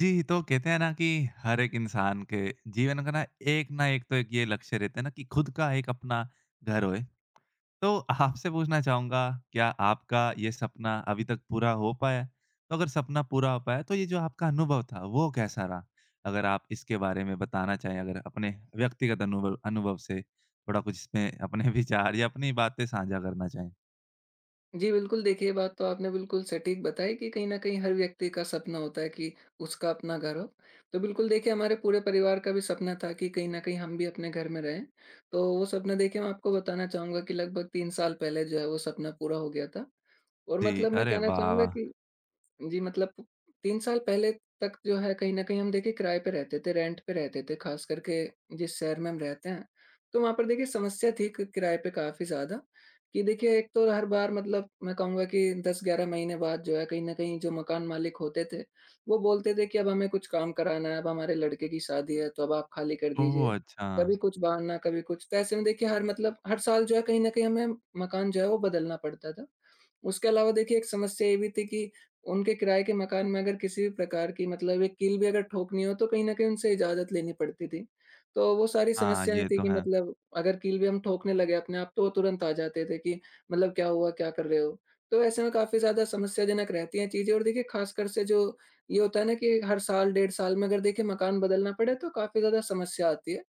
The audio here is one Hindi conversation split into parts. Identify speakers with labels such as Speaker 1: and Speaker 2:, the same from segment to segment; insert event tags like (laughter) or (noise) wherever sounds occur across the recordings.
Speaker 1: जी, तो कहते हैं ना कि हर एक इंसान के जीवन का ना एक तो एक ये लक्ष्य रहता है ना कि खुद का एक अपना घर होए। तो आपसे पूछना चाहूँगा क्या आपका ये सपना अभी तक पूरा हो पाया है? तो अगर सपना पूरा हो पाया तो ये जो आपका अनुभव था वो कैसा रहा? अगर आप इसके बारे में बताना चाहें अगर अपने व्यक्तिगत अनुभव अनुभव से थोड़ा कुछ इसमें अपने (laughs) विचार या अपनी बातें साझा करना चाहें?
Speaker 2: जी, बिल्कुल, देखिए ये बात तो आपने बिल्कुल सटीक बताई कि कहीं न कहीं हर व्यक्ति का सपना होता है कि उसका अपना घर हो। तो बिल्कुल देखिए हमारे पूरे परिवार का भी सपना था कि कहीं न कहीं हम भी अपने घर में रहें। तो वो सपना देखिए मैं आपको बताना चाहूँगा कि लगभग 3 साल पहले जो है वो सपना पूरा हो गया था। और
Speaker 1: जी,
Speaker 2: मतलब मैं
Speaker 1: अरे
Speaker 2: कहना
Speaker 1: वाह,
Speaker 2: चाहूँगा
Speaker 1: वाह!
Speaker 2: कि जी, मतलब 3 साल पहले तक जो है कहीं न कहीं हम देखिए किराए पे रहते थे, रेंट पे रहते थे, ख़ास करके जिस शहर में हम रहते हैं। तो वहाँ पर देखिए समस्या थी कि किराए पे काफ़ी ज़्यादा कि देखिए एक तो हर बार मतलब मैं कहूँगा कि 10-11 महीने बाद जो है कहीं न कहीं जो मकान मालिक होते थे, वो बोलते थे कि अब हमें कुछ काम कराना है, अब हमारे लड़के की शादी है तो अब आप खाली कर
Speaker 1: ओह!
Speaker 2: दीजिए।
Speaker 1: अच्छा।
Speaker 2: कभी कुछ बहाना, कभी कुछ। तो ऐसे में देखिए हर मतलब हर साल जो है कहीं न कहीं हमें मकान जो है वो बदलना पड़ता था। उसके अलावा देखिए एक समस्या ये भी थी कि उनके किराए के मकान में अगर किसी भी प्रकार की मतलब एक कील भी अगर ठोकनी हो तो कहीं न कहीं उनसे इजाज़त लेनी पड़ती थी। तो वो सारी
Speaker 1: हाँ,
Speaker 2: समस्याएँ
Speaker 1: ये
Speaker 2: थी
Speaker 1: तो
Speaker 2: कि
Speaker 1: है।
Speaker 2: मतलब अगर कील भी हम ठोकने लगे अपने आप तो वो तुरंत आ जाते थे कि मतलब क्या हुआ? क्या कर रहे हो? तो ऐसे में काफ़ी ज़्यादा समस्याजनक रहती हैं चीज़ें और देखिए ख़ासकर से जो ये होता है ना कि हर साल 1.5 साल में अगर देखिए मकान बदलना पड़े तो काफ़ी ज़्यादा समस्या आती है।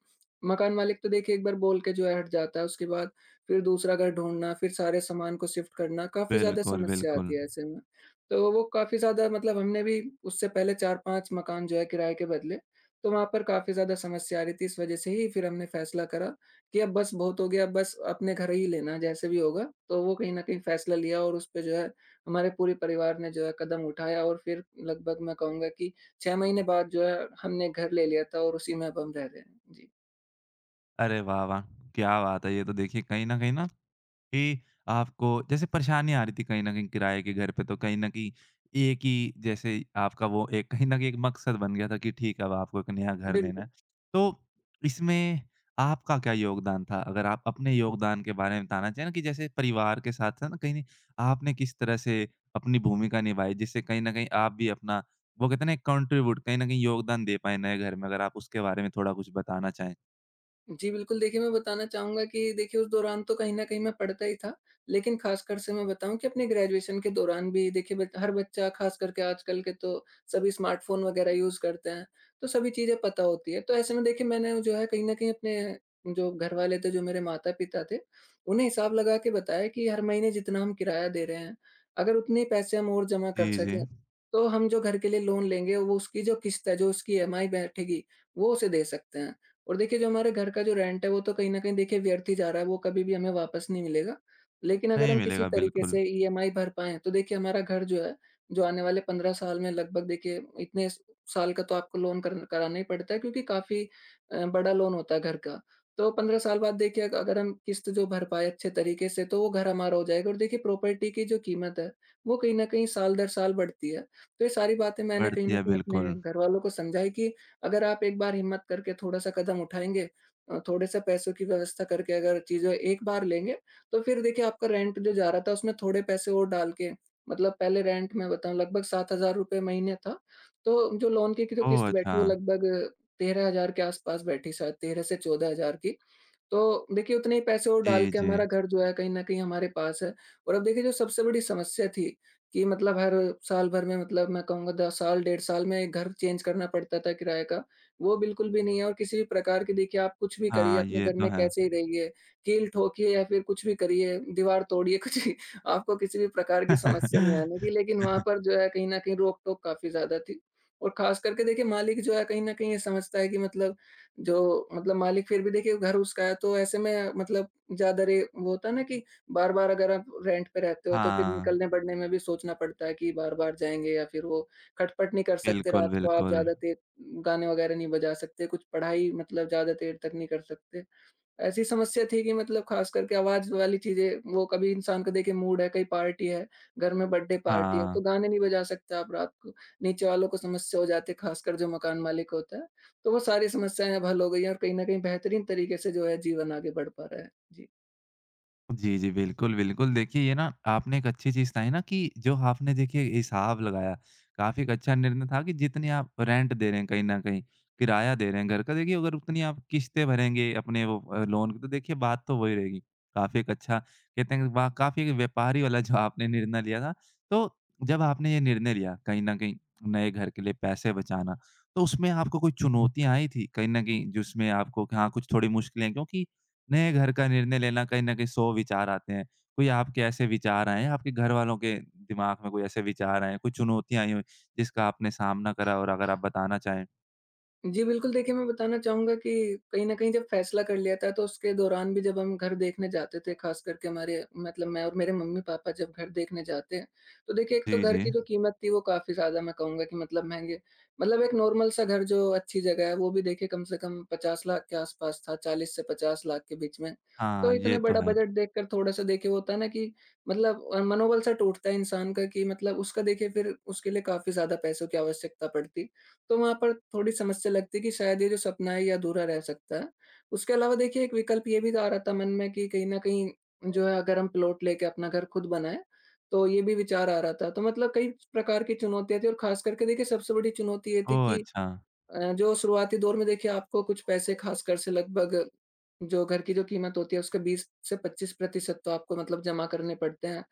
Speaker 2: मकान मालिक तो देखिए एक बार बोल के जो है हट जाता है, उसके बाद फिर दूसरा घर ढूँढना, फिर सारे सामान को शिफ्ट करना, काफ़ी ज़्यादा
Speaker 1: बिल्कुल,
Speaker 2: समस्या
Speaker 1: बिल्कुल।
Speaker 2: आती है ऐसे में। तो वो काफ़ी ज़्यादा मतलब हमने भी उससे पहले 4-5 मकान जो है किराए के बदले, तो वहाँ पर काफ़ी ज़्यादा समस्या आ रही थी। इस वज़ह से ही फिर हमने फ़ैसला करा कि अब बस बहुत हो गया, अब बस अपने घर ही लेना है जैसे भी होगा। तो वो कहीं न कहीं फ़ैसला लिया और उसपे जो है हमारे पूरे परिवार ने जो है कदम उठाया और फिर लगभग मैं कहूँगा कि 6 महीने बाद जो है हमने घर ले लिया था और उसी में अब हम रह रहे हैं। जी,
Speaker 1: अरे वाह, वाह! क्या बात है! ये तो देखिए कहीं न कहीं ना कि आपको जैसे परेशानी आ रही थी कहीं न कहीं किराए के घर पे तो कहीं न कहीं एक ही जैसे आपका वो एक कहीं न कहीं एक मकसद बन गया था कि ठीक है अब आपको एक नया घर लेना
Speaker 2: बिल्कुल।
Speaker 1: है। तो इसमें आपका क्या योगदान था? अगर आप अपने योगदान के बारे में बताना चाहें ना कि जैसे परिवार के साथ है ना कहीं ना आपने किस तरह से अपनी भूमिका निभाई जिससे कहीं न कहीं आप भी अपना वो कहते हैं ना एक कंट्रीब्यूट कहीं न कहीं योगदान दे पाएँ नए घर में अगर आप उसके बारे में थोड़ा कुछ बताना चाहें?
Speaker 2: जी, बिल्कुल देखिए, मैं बताना चाहूँगा कि देखिए उस दौरान तो कहीं न कहीं मैं पढ़ता ही था। लेकिन ख़ासकर से मैं बताऊँ कि अपने ग्रेजुएशन के दौरान भी देखिए बच हर बच्चा ख़ास करके आजकल के तो सभी स्मार्टफ़ोन वग़ैरह यूज़ करते हैं, तो सभी चीज़ें पता होती है। तो ऐसे में देखिए मैंने जो है कहीं न कहीं अपने जो घरवाले थे, जो मेरे माता-पिता थे, उन्हें हिसाब लगा के बताया कि हर महीने जितना हम किराया दे रहे हैं, अगर उतने पैसे हम और जमा
Speaker 1: जी,
Speaker 2: कर
Speaker 1: जी।
Speaker 2: सकें, तो हम जो घर के लिए लोन लेंगे वो उसकी जो किस्त है, जो उसकी ईएमआई बैठेगी, वो उसे दे सकते हैं। और देखिए जो हमारे घर का जो रेंट है वो तो कहीं न कहीं देखिए व्यर्थ ही जा रहा है, वो कभी भी हमें वापस नहीं मिलेगा। लेकिन अगर
Speaker 1: नहीं
Speaker 2: हम किसी
Speaker 1: मिलेगा
Speaker 2: तरीके
Speaker 1: बिल्कुल,
Speaker 2: से ईएमआई भर पाएँ तो देखिए हमारा घर जो है, जो आने वाले 15 साल में लगभग देखिए इतने स साल का तो आपको लोन करन कराना ही पड़ता है क्योंकि काफ़ी बड़ा लोन होता है घर का। तो 15 साल बाद देखिए अग अगर हम किस्त जो भर पाएँ अच्छे तरीके से तो वो घर हमारा हो जाएगा और देखिए प्रॉपर्टी की जो कीमत है, वो कहीं न कहीं साल दर साल बढ़ती है। तो ये सारी बातें मैंने कहीं
Speaker 1: बढ़ती
Speaker 2: न
Speaker 1: है
Speaker 2: कहीं अपने
Speaker 1: बिल्कुल।
Speaker 2: घरवालों को समझाई कि अगर आप एक बार हिम्मत करके थोड़ा-सा कदम उठाएँगे, थोड़े-से पैसों की व्यवस्था करके अगर चीज़ें एक बार लेंगे, तो फिर देखिए आपका रेंट जो जा रहा था उसमें थोड़े पैसे और डाल के मतलब पहले रेंट मैं बताऊँ लगभग ₹7,000 महीने था, तो जो लोन की जो
Speaker 1: ओह!
Speaker 2: किस्त
Speaker 1: अच्छा।
Speaker 2: बैठी वो लगभग 13,000 के आस-पास बैठी, शायद 13 से 14,000 की। तो देखिए उतने ही पैसे और डाल
Speaker 1: जी,
Speaker 2: के
Speaker 1: जी।
Speaker 2: हमारा घर जो है कहीं न कहीं हमारे पास है। और अब देखिए जो सबसे बड़ी समस्या थी कि मतलब हर साल भर में मतलब मैं कहूँगा 10 साल, 1.5 साल में घर चेंज करना पड़ता था किराए का, वो बिल्कुल भी नहीं है। और किसी भी प्रकार की देखिए आप कुछ भी करिए,
Speaker 1: हाँ,
Speaker 2: अपने
Speaker 1: ये
Speaker 2: घर
Speaker 1: तो
Speaker 2: में
Speaker 1: है।
Speaker 2: कैसे ही रहिए, कील ठोकिए या फिर कुछ भी करिए, दीवार तोड़िए, कुछ भी, (laughs) आपको किसी भी प्रकार की समस्या नहीं
Speaker 1: (laughs)
Speaker 2: आने की, लेकिन वहाँ पर जो है कहीं न कहीं रोक-टोक काफ़ी ज़्यादा थी। और ख़ास करके देखिए मालिक जो है कहीं न कहीं ये समझता है कि मतलब जो मतलब मालिक फिर भी देखिए घर उसका है, तो ऐसे में मतलब ज़्यादा रे वो होता है ना कि बार-बार अगर आप रेंट पे रहते हो तो फिर
Speaker 1: हाँ,
Speaker 2: निकलने-बढ़ने में भी सोचना पड़ता है कि बार-बार जाएँगे या फिर वो खटपट नहीं कर सकते,
Speaker 1: बिल्कुल,
Speaker 2: रात को आप
Speaker 1: बिल्कुल।
Speaker 2: ज़्यादा देर गाने वगैरह नहीं बजा सकते, कुछ पढ़ाई मतलब ज़्यादा देर तक नहीं कर सकते। ऐसी समस्या थी कि मतलब ख़ास करके आवाज़ वाली चीज़ें वो कभी इंसान का देखिए मूड है, कहीं पार्टी है, घर में बर्थडे पार्टी है, तो
Speaker 1: हाँ।
Speaker 2: गाने नहीं बजा सकते आप रात को। नीचे वालों को समस्या हो जाती है, ख़ासकर जो मकान मालिक होता है। तो वो सारी समस्याएँ अब हल हो गई हैं और कहीं न कहीं बेहतरीन तरीके से जो है जीवन आगे बढ़ पा रहा है। जी।
Speaker 1: जी, जी। बिल्कुल, बिल्कुल। देखिए ये ना आपने एक अच्छी चीज़ बताई ना कि जो आपने देखिए हिसाब लगाया, काफ़ी एक अच्छा निर्णय था कि जितनी आप रेंट दे रहे हैं कहीं न कहीं, किराया दे रहे हैं घर का, देखिए अगर उतनी आप किश्तें भरेंगे अपने वो लोन की तो देखिए बात तो वही रहेगी। काफ़ी एक अच्छा कहते हैं वाह! काफ़ी व्यापारी वाला जो आपने निर्णय लिया था। तो जब आपने ये निर्णय लिया कहीं न कहीं नए घर के लिए पैसे बचाना, तो उसमें आपको कोई चुनौतियाँ आई थी कहीं न कहीं जिसमें आपको हाँ, कुछ थोड़ी मुश्किलें क्योंकि नए घर का निर्णय लेना कहीं न कहीं 100 विचार आते हैं। कोई आपके ऐसे विचार आए हैं, आपके घरवालों के दिमाग में कोई ऐसे विचार आए हैं, कोई चुनौतियाँ आई हों जिसका आपने सामना करा और अगर आप बताना चाहें?
Speaker 2: जी, बिल्कुल देखिए, मैं बताना चाहूँगा कि कहीं न कहीं जब फ़ैसला कर लिया था तो उसके दौरान भी जब हम घर देखने जाते थे, ख़ास करके हमारे मतलब मैं और मेरे मम्मी-पापा जब घर देखने जाते हैं, तो देखिए एक तो
Speaker 1: जी,
Speaker 2: घर
Speaker 1: जी।
Speaker 2: की जो कीमत थी वो काफ़ी ज़्यादा मैं कहूँगा कि मतलब महँगे, मतलब एक नॉर्मल सा घर जो अच्छी जगह है वो भी देखिए कम से कम 50 लाख के आस-पास था, 40 से 50 लाख के बीच में। तो
Speaker 1: हाँ,
Speaker 2: इतने
Speaker 1: ये तो
Speaker 2: बड़ा
Speaker 1: है।
Speaker 2: बजट देखकर थोड़ा-सा देखिए वो होता है ना कि मतलब मनोबल सा टूटता है इंसान का कि मतलब उसका देखिए फिर उसके लिए काफ़ी ज़्यादा पैसों की आवश्यकता पड़ती। तो वहाँ पर थोड़ी समस्या लगती है कि शायद ये जो सपना है ये अधूरा रह सकता है। उसके अलावा देखिए एक विकल्प ये भी तो आ रहा था मन में कि कहीं न कहीं जो है अगर हम प्लॉट लेके अपना घर खुद बनाएँ, तो ये भी विचार आ रहा था। तो मतलब कई प्रकार की चुनौतियाँ थी और ख़ास करके देखिए सबसे बड़ी चुनौती ये थी
Speaker 1: ओह!
Speaker 2: कि
Speaker 1: अच्छा।
Speaker 2: जो शुरुआती दौर में देखिए आपको कुछ पैसे खासकर से लगभग जो घर की जो कीमत होती है उसका 20 से 25% तो आपको मतलब जमा करने पड़ते हैं।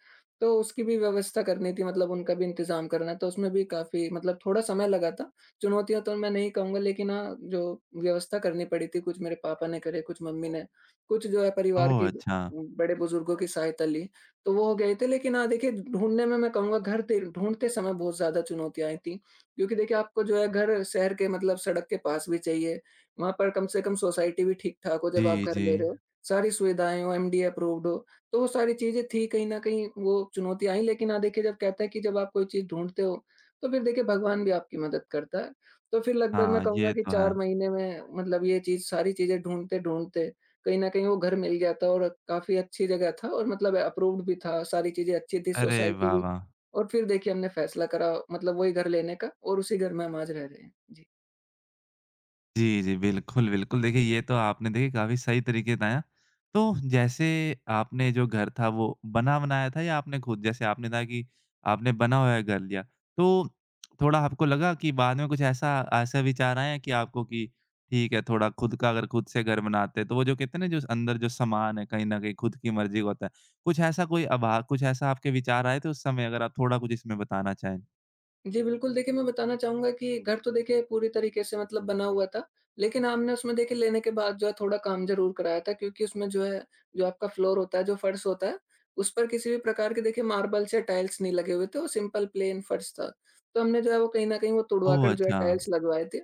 Speaker 2: तो उसकी भी व्यवस्था करनी थी मतलब उनका भी इंतज़ाम करना, तो उसमें भी काफ़ी मतलब थोड़ा समय लगा था। चुनौतियाँ तो मैं नहीं कहूँगा, लेकिन हाँ, जो व्यवस्था करनी पड़ी थी कुछ मेरे पापा ने करे, कुछ मम्मी ने, कुछ जो है परिवार
Speaker 1: ओह!
Speaker 2: के
Speaker 1: अच्छा।
Speaker 2: बड़े बुजुर्गों की सहायता ली, तो वो हो गए थे। लेकिन हाँ, देखिए ढूँढने में मैं कहूँगा घर ढूँढते समय बहुत ज़्यादा चुनौतियाँ आई थी। क्योंकि देखिए आपको जो है घर शहर के मतलब सड़क के पास भी चाहिए, वहाँ पर कम से कम सोसाइटी भी ठीक-ठाक हो जब आप
Speaker 1: जी,
Speaker 2: घर
Speaker 1: जी।
Speaker 2: ले रहे हो, सारी सुविधाएँ हों, एमडीए अप्रूव्ड हो, तो वो सारी चीज़ें थी कहीं न कहीं वो चुनौतियाँ आई, लेकिन हाँ, देखिए जब कहते हैं कि जब आप कोई चीज़ ढूँढते हो, तो फिर देखिए भगवान भी आपकी मदद करता है। तो फिर लगभग मैं
Speaker 1: हाँ,
Speaker 2: कहूँगा
Speaker 1: ये
Speaker 2: कि
Speaker 1: तो है।
Speaker 2: 4 महीने में मतलब ये चीज़ सारी चीज़ें ढूँढते-ढूँढते कहीं न कहीं वो घर मिल गया था और काफ़ी अच्छी जगह था और मतलब अप्रूव्ड भी था, सारी चीज़ें अच्छी थी,
Speaker 1: अरे
Speaker 2: सोसाइटी
Speaker 1: वाह,
Speaker 2: भी,
Speaker 1: वाह!
Speaker 2: और फिर देखिए हमने फैसला करा मतलब वही घर लेने का और उसी घर में हम आज रह रहे हैं। जी।
Speaker 1: जी, जी। बिल्कुल, बिल्कुल। देखिए ये तो आपने देखिए काफ़ी सही तरीके बताया। तो जैसे आपने जो घर था वो बना-बनाया था या आपने खुद जैसे आपने कहा कि आपने बना हुआ घर लिया। तो थोड़ा आपको लगा कि बाद में कुछ ऐसा ऐसा विचार आया कि आपको कि ठीक है थोड़ा खुद का अगर खुद से घर बनाते तो वो जो कहते हैं ना जो अंदर जो सामान है कहीं न कहीं खुद की मर्ज़ी का होता है। कुछ ऐसा कोई अभा कुछ ऐसा आपके विचार आए थे उस समय अगर आप थोड़ा कुछ इसमें बताना चाहें?
Speaker 2: जी, बिल्कुल देखिए, मैं बताना चाहूँगा कि घर तो देखिए पूरी तरीके से मतलब बना हुआ था, लेकिन हमने उसमें देखिए लेने के बाद जो है थोड़ा काम ज़रूर कराया था, क्योंकि उसमें जो है, जो आपका फ्लोर होता है, जो फर्श होता है, उस पर किसी भी प्रकार के देखिए मार्बल्स या टाइल्स नहीं लगे हुए थे, वो सिंपल प्लेन फर्श था। तो हमने जो है वो कहीं न कहीं वो तुड़वा
Speaker 1: ओह!
Speaker 2: कर जो है
Speaker 1: अच्छा।
Speaker 2: टाइल्स लगवाए थे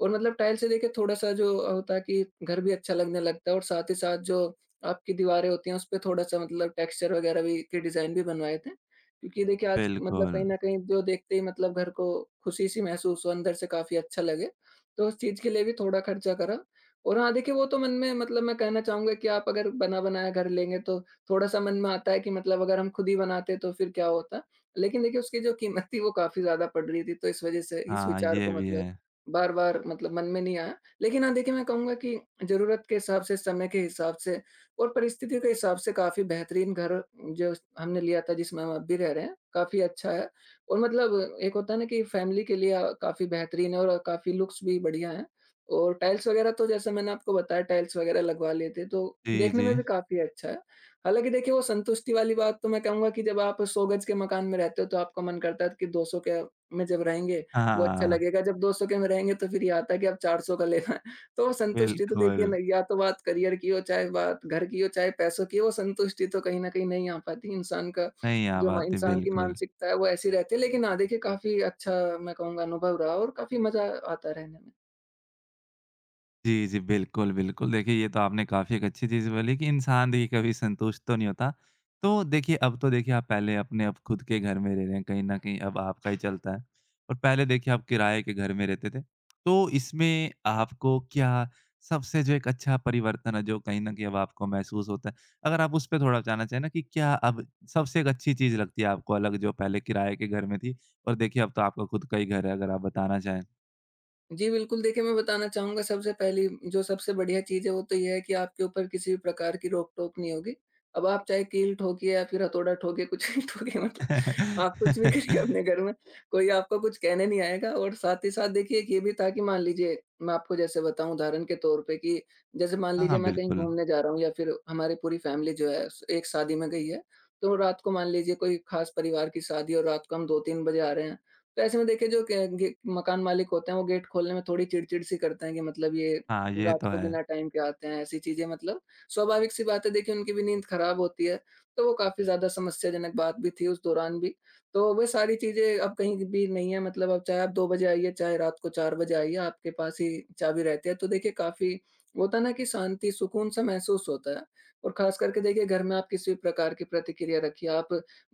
Speaker 2: और मतलब टाइल्स से देखिए थोड़ा-सा जो होता है कि घर भी अच्छा लगने लगता है और साथ ही साथ जो आपकी दीवारें होती हैं, उस पे थोड़ा-सा मतलब टेक्सचर वगैरह भी के डिज़ाइन भी बनवाए थे। क्योंकि देखिए आज मतलब
Speaker 1: बिल्कुल।
Speaker 2: कहीं न कहीं जो देखते ही मतलब घर को खुशी-सी महसूस हो, अंदर से काफ़ी अच्छा लगे, तो उस चीज़ के लिए भी थोड़ा खर्चा करा। और हाँ, देखिए वो तो मन में मतलब मैं कहना चाहूँगा कि आप अगर बना-बनाया घर लेंगे तो थोड़ा-सा मन में आता है कि मतलब अगर हम खुद ही बनाते तो फिर क्या होता? लेकिन देखिए उसकी जो कीमत थी वो काफ़ी ज़्यादा पड़ रही थी, तो इस वज़ह से इस
Speaker 1: हाँ,
Speaker 2: विचार
Speaker 1: ये
Speaker 2: को
Speaker 1: भी है।
Speaker 2: मतलब बार-बार मतलब मन में नहीं आया। लेकिन हाँ, देखिए मैं कहूँगा कि ज़रूरत के हिसाब से, समय के हिसाब से और परिस्थिति के हिसाब से काफ़ी बेहतरीन घर जो हमने लिया था जिसमें हम अब भी रह रहे हैं, काफ़ी अच्छा है और मतलब एक होता है ना कि फ़ैमिली के लिए काफ़ी बेहतरीन है और काफ़ी लुक्स भी बढ़िया है और टाइल्स वगैरह तो जैसे मैंने आपको बताया टाइल्स वगैरह लगवा लिए थे, तो
Speaker 1: जी,
Speaker 2: देखने
Speaker 1: जी।
Speaker 2: में भी काफ़ी अच्छा है। हालाँकि देखिए, वो संतुष्टि वाली बात तो मैं कहूँगा कि जब आप 100 गज़ के मकान में रहते हो, तो आपका मन करता है कि 200 के में जब रहेंगे, वो अच्छा
Speaker 1: हाँ,
Speaker 2: लगेगा। जब 200 के में रहेंगे, तो फिर ये आता है कि अब 400 का लेना है। तो संतुष्टि तो देखिए
Speaker 1: बिल्कुल।
Speaker 2: न, या तो बात करियर की हो, चाहे बात घर की हो, चाहे पैसों की हो, वो संतुष्टि तो कहीं न कहीं नहीं आ पाती। इंसान का
Speaker 1: नहीं, यहाँ
Speaker 2: जो म
Speaker 1: बात है,
Speaker 2: इंसान की
Speaker 1: बिल्कुल।
Speaker 2: मानसिकता है वो ऐसी रहती है। लेकिन हाँ, देखिए काफ़ी अच्छा मैं कहूँगा अनुभव रहा और काफ़ी मज़ा आता है रहने में।
Speaker 1: जी, जी। बिल्कुल, बिल्कुल। देखिए, ये तो आपने काफ़ी एक अच्छी चीज़ बोली कि इंसान देखिए कभी संतुष्ट तो नहीं होता। तो देखिए, अब तो देखिए आप पहले अपने अब खुद के घर में रह रहे हैं, कहीं न कहीं अब आपका ही चलता है और पहले देखिए आप किराए के घर में रहते थे। तो इसमें आपको क्या सबसे जो एक अच्छा परिवर्तन है जो कहीं न कहीं अब आपको महसूस होता है, अगर आप उस पे थोड़ा बताना चाहें ना कि क्या अब सबसे एक अच्छी चीज़ लगती है आपको अलग जो पहले किराए के घर में थी और देखिए अब तो आपका खुद का ही घर है अगर आप बताना चाहें?
Speaker 2: जी, बिल्कुल देखिए, मैं बताना चाहूँगा सबसे पहली जो सबसे बढ़िया चीज़ है वो तो ये है कि आपके ऊपर किसी भी प्रकार की रोक-टोक नहीं होगी। अब आप चाहे कील ठोकिए या फिर हथौड़ा ठोकिए, कुछ भी (laughs) ठोकिए, मतलब आप कुछ भी करिए
Speaker 1: (laughs)
Speaker 2: अपने घर में, कोई आपको कुछ कहने नहीं आएगा। और साथ ही साथ देखिए एक ये भी था कि मान लीजिए मैं आपको जैसे बताऊँ उदाहरण के तौर पे कि जैसे मान
Speaker 1: हाँ, हाँ,
Speaker 2: लीजिए मैं कहीं
Speaker 1: बिल्कुल।
Speaker 2: घूमने जा रहा हूँ या फिर हमारी पूरी फैमिली जो है स एक शादी में गई है, तो रात को मान लीजिए कोई खास परिवार की शादी है और रात को हम 2-3 बजे आ रहे हैं। तो ऐसे में देखिए जो क गे मकान मालिक होते हैं वो गेट खोलने में थोड़ी चिड़चिड़ सी करते हैं कि मतलब ये
Speaker 1: हाँ, ये
Speaker 2: रात
Speaker 1: तो
Speaker 2: को
Speaker 1: है।
Speaker 2: बिना टाइम के आते हैं, ऐसी चीज़ें, मतलब स्वाभाविक सी बात है, देखिए उनकी भी नींद ख़राब होती है। तो वो काफ़ी ज़्यादा समस्याजनक बात भी थी उस दौरान भी। तो वो सारी चीज़ें अब कहीं भी नहीं है, मतलब अब चाहे आप 2 बजे आइए, चाहे रात को 4 बजे आइए, आपके पास ही चाबी रहती है। तो देखिए काफ़ी होता है ना कि शांति, सुकून सा महसूस होता है और ख़ास करके देखिए घर में आप किसी भी प्रकार की प्रतिक्रिया रखिए, आप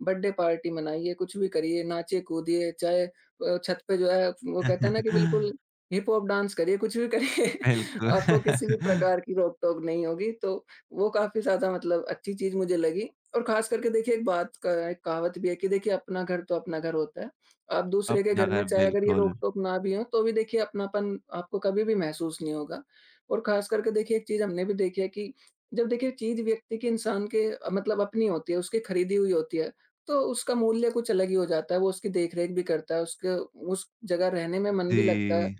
Speaker 2: बर्थडे पार्टी मनाइए, कुछ भी करिए, नाचिए-कूदिए, चाहे छत पे जो है वो कहते हैं ना कि बिल्कुल
Speaker 1: (laughs)
Speaker 2: हिप हॉप डांस करिए, कुछ भी करिए, (laughs)
Speaker 1: बिल्कुल,
Speaker 2: आपको किसी भी
Speaker 1: (laughs)
Speaker 2: प्रकार की रोक-टोक नहीं होगी। तो वो काफ़ी ज़्यादा मतलब अच्छी चीज़ मुझे लगी। और ख़ास करके देखिए एक बात, क एक कहावत भी है कि देखिए अपना घर तो अपना घर होता है। आप दूसरे के
Speaker 1: अपना
Speaker 2: घर में
Speaker 1: घर
Speaker 2: चाहे अगर ये
Speaker 1: बिल्कुल।
Speaker 2: रोक-टोक ना भी हो, तो भी देखिए अपनापन आपको कभी भी महसूस नहीं होगा। और ख़ास करके देखिए एक चीज़ हमने भी देखी है कि जब देखिए चीज़ व्यक्ति की, इंसान के मतलब अपनी होती है, उसकी खरीदी हुई होती है, तो उसका मूल्य कुछ अलग ही हो जाता है। वो उसकी देख-रेख भी करता है, उसके उस जगह रहने में मन भी लगता है,
Speaker 1: जी।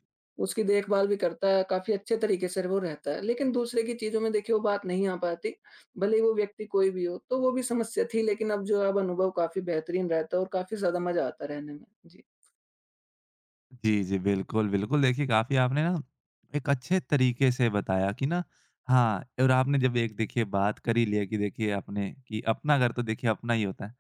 Speaker 2: उसकी देखभाल भी करता है, काफ़ी अच्छे तरीके से वो रहता है। लेकिन दूसरे की चीज़ों में देखिए वो बात नहीं आ पाती, भले ही वो व्यक्ति कोई भी हो। तो वो भी समस्या थी, लेकिन अब जो है अब अनुभव काफ़ी बेहतरीन रहता है और काफ़ी ज़्यादा मज़ा आता है रहने में। जी।
Speaker 1: जी, जी। बिल्कुल, बिल्कुल। देखिए, काफ़ी आपने ना एक अच्छे तरीके से बताया कि ना हाँ, और आपने जब एक देखिए बात कर ही लिया कि देखिए आपने कि अपना घर तो देखिए अपना ही होता है।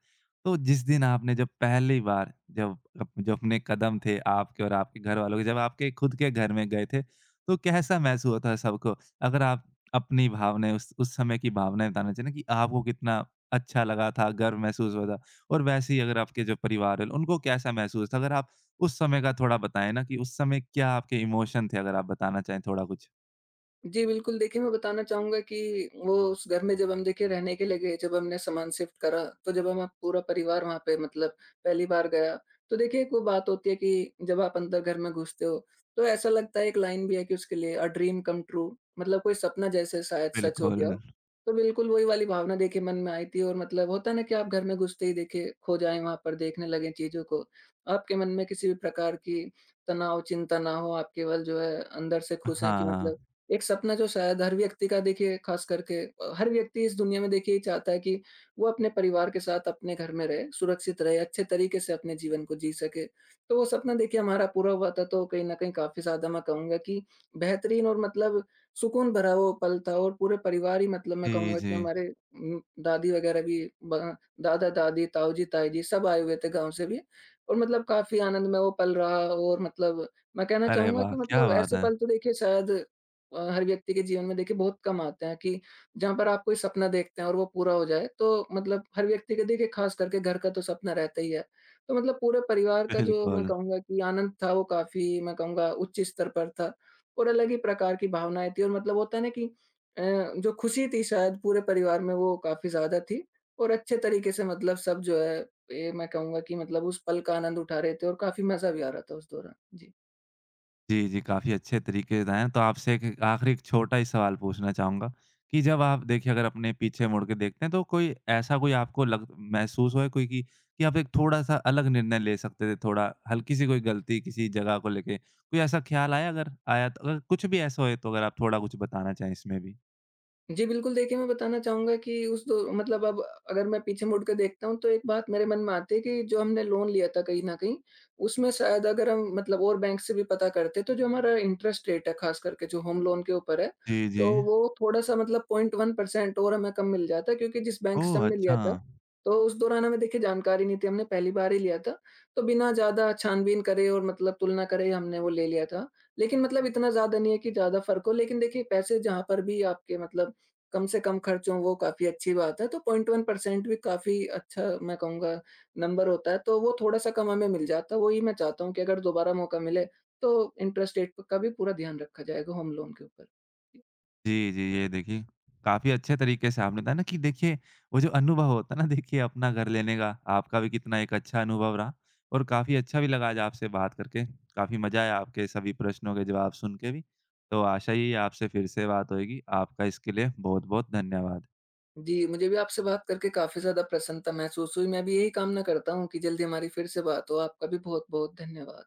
Speaker 1: तो जिस दिन आपने जब पहली बार जब अप जो अपने कदम थे आपके और आपके घरवालों के, जब आपके खुद के घर में गए थे, तो कैसा महसूस होता है सबको? अगर आप अपनी भावनाएँ उस समय की भावनाएँ बताना चाहें ना कि आपको कितना अच्छा लगा था, गर्व महसूस हुआ था? और वैसे ही अगर आपके जो परिवार है, उनको कैसा महसूस था? अगर आप उस समय का थोड़ा बताएँ ना कि उस समय क्या आपके इमोशन थे? अगर आप बताना चाहें थोड़ा कुछ।
Speaker 2: जी, बिल्कुल। देखिए, मैं बताना चाहूँगा कि वो उस घर में जब हम देखिए रहने के लिए गए, जब हमने सामान शिफ्ट करा, तो जब हम पूरा परिवार वहाँ पे मतलब पहली बार गया, तो देखिए एक वो बात होती है कि जब आप अंदर घर में घुसते हो, तो ऐसा लगता है, एक लाइन भी है कि उसके लिए ड्रीम कम ट्रू, मतलब कोई सपना जैसे शायद सच हो
Speaker 1: बिल्कुल।
Speaker 2: गया हो। तो बिल्कुल वही वाली भावना देखिए मन में आई थी और मतलब होता है ना कि आप घर में घुसते ही देखिए खो जाएँ वहाँ पर, देखने लगें चीज़ों को। आपके मन में किसी भी प्रकार की तनाव, चिंता ना हो, आप केवल जो है अंदर से खुश हैं कि
Speaker 1: हाँ।
Speaker 2: मतलब एक सपना जो शायद हर व्यक्ति का, देखिए खास करके हर व्यक्ति इस दुनिया में देखिए ये चाहता है कि वो अपने परिवार के साथ अपने घर में रहे, सुरक्षित रहे, अच्छे तरीके से अपने जीवन को जी सके। तो वो सपना देखिए हमारा पूरा हुआ था, तो कहीं न कहीं काफ़ी ज़्यादा मैं कहूँगा कि बेहतरीन और मतलब सुकून भरा वो पल था। और पूरे परिवार ही, मतलब मैं
Speaker 1: जी,
Speaker 2: कहूँगा कि
Speaker 1: जी।
Speaker 2: हमारे दादी वगैरह भी, ब दादा-दादी, ताऊ-जी, ताई-जी सब आए हुए थे गाँव से भी और मतलब काफ़ी आनंद में वो पल रहा। और मतलब मैं कहना
Speaker 1: अरे
Speaker 2: चाहूँगा
Speaker 1: वाह!
Speaker 2: कि
Speaker 1: क्या
Speaker 2: मतलब
Speaker 1: बात
Speaker 2: ऐसे
Speaker 1: है।
Speaker 2: पल तो देखिए शायद हर व्यक्ति के जीवन में देखिए बहुत कम आते हैं कि जहाँ पर आप कोई सपना देखते हैं और वो पूरा हो जाए। तो मतलब हर व्यक्ति के देखिए ख़ास करके घर का तो सपना रहता ही है। तो मतलब पूरे परिवार का जो, मैं
Speaker 1: बिल्कुल।
Speaker 2: कहूँगा कि आनंद था, वो काफ़ी, मैं कहूँगा उच्च स्तर पर था और अलग ही प्रकार की भावनाएँ थी। और मतलब होता है ना कि अ, जो खुशी थी शायद पूरे परिवार में वो काफ़ी ज़्यादा थी और अच्छे तरीके से मतलब सब जो है, ये मैं कहूँगा कि मतलब उस पल का आनंद उठा रहे थे और काफ़ी मज़ा भी आ रहा था उस दौरान। जी।
Speaker 1: जी, जी, काफ़ी अच्छे तरीके से बताया। तो आपसे एक आखिरी एक छोटा ही सवाल पूछना चाहूँगा कि जब आप देखिए अगर अपने पीछे मुड़ के देखते हैं तो कोई ऐसा कोई आपको लग महसूस हुआ है कोई कि आप एक थोड़ा-सा अलग निर्णय ले सकते थे, थोड़ा हल्की-सी कोई गलती किसी जगह को लेके? कोई ऐसा ख्याल आया अगर आया तो अगर कुछ भी ऐसा हो तो अगर आप थोड़ा कुछ बताना चाहें इसमें भी?
Speaker 2: जी, बिल्कुल देखिए, मैं बताना चाहूँगा कि उस दौ मतलब अब अगर मैं पीछे मुड़ के देखता हूँ, तो एक बात मेरे मन में आती है कि जो हमने लोन लिया था कहीं न कहीं, उसमें शायद अगर हम मतलब और बैंक से भी पता करते, तो जो हमारा इंटरेस्ट रेट है, ख़ास करके जो होम लोन के ऊपर है,
Speaker 1: जी, जी।
Speaker 2: तो वो थोड़ा-सा मतलब 0.1% और हमें कम मिल जाता, क्योंकि जिस बैंक से
Speaker 1: ओह!
Speaker 2: हमने लिया
Speaker 1: अच्छा।
Speaker 2: था, तो उस दौरान हमें देखिए जानकारी नहीं थी, हमने पहली बार ही लिया था। तो बिना ज़्यादा छानबीन करे और मतलब तुलना करे हमने वो ले लिया था। लेकिन मतलब इतना ज़्यादा नहीं है कि ज़्यादा फ़र्क हो, लेकिन देखिए पैसे जहाँ पर भी आपके मतलब कम से कम खर्च हों वो काफ़ी अच्छी बात है, तो 0.1% भी काफ़ी अच्छा, मैं कहूँगा, नंबर होता है, तो वो थोड़ा-सा कम हमें मिल जाता है। वही मैं चाहता हूँ कि अगर दोबारा मौका मिले तो इंटरेस्ट रेट का भी पूरा ध्यान रखा जाएगा होम लोन के ऊपर।
Speaker 1: जी, जी, ये देखिए, काफ़ी अच्छे तरीके से आपने बताया ना कि देखिए, वो जो अनुभव होता है ना देखिए अपना घर लेने का, आपका भी कितना एक अच्छा अनुभव रहा और काफ़ी अच्छा भी लगा आज आपसे बात करके। काफ़ी मज़ा आया आपके सभी प्रश्नों के जवाब सुन के भी। तो आशा ही है आपसे फिर से बात होएगी। आपका इसके लिए बहुत-बहुत धन्यवाद।
Speaker 2: जी, मुझे भी आपसे बात करके काफ़ी ज़्यादा प्रसन्नता महसूस हुई। मैं भी यही कामना करता हूँ कि जल्दी हमारी फिर से बात हो। आपका भी बहुत-बहुत धन्यवाद।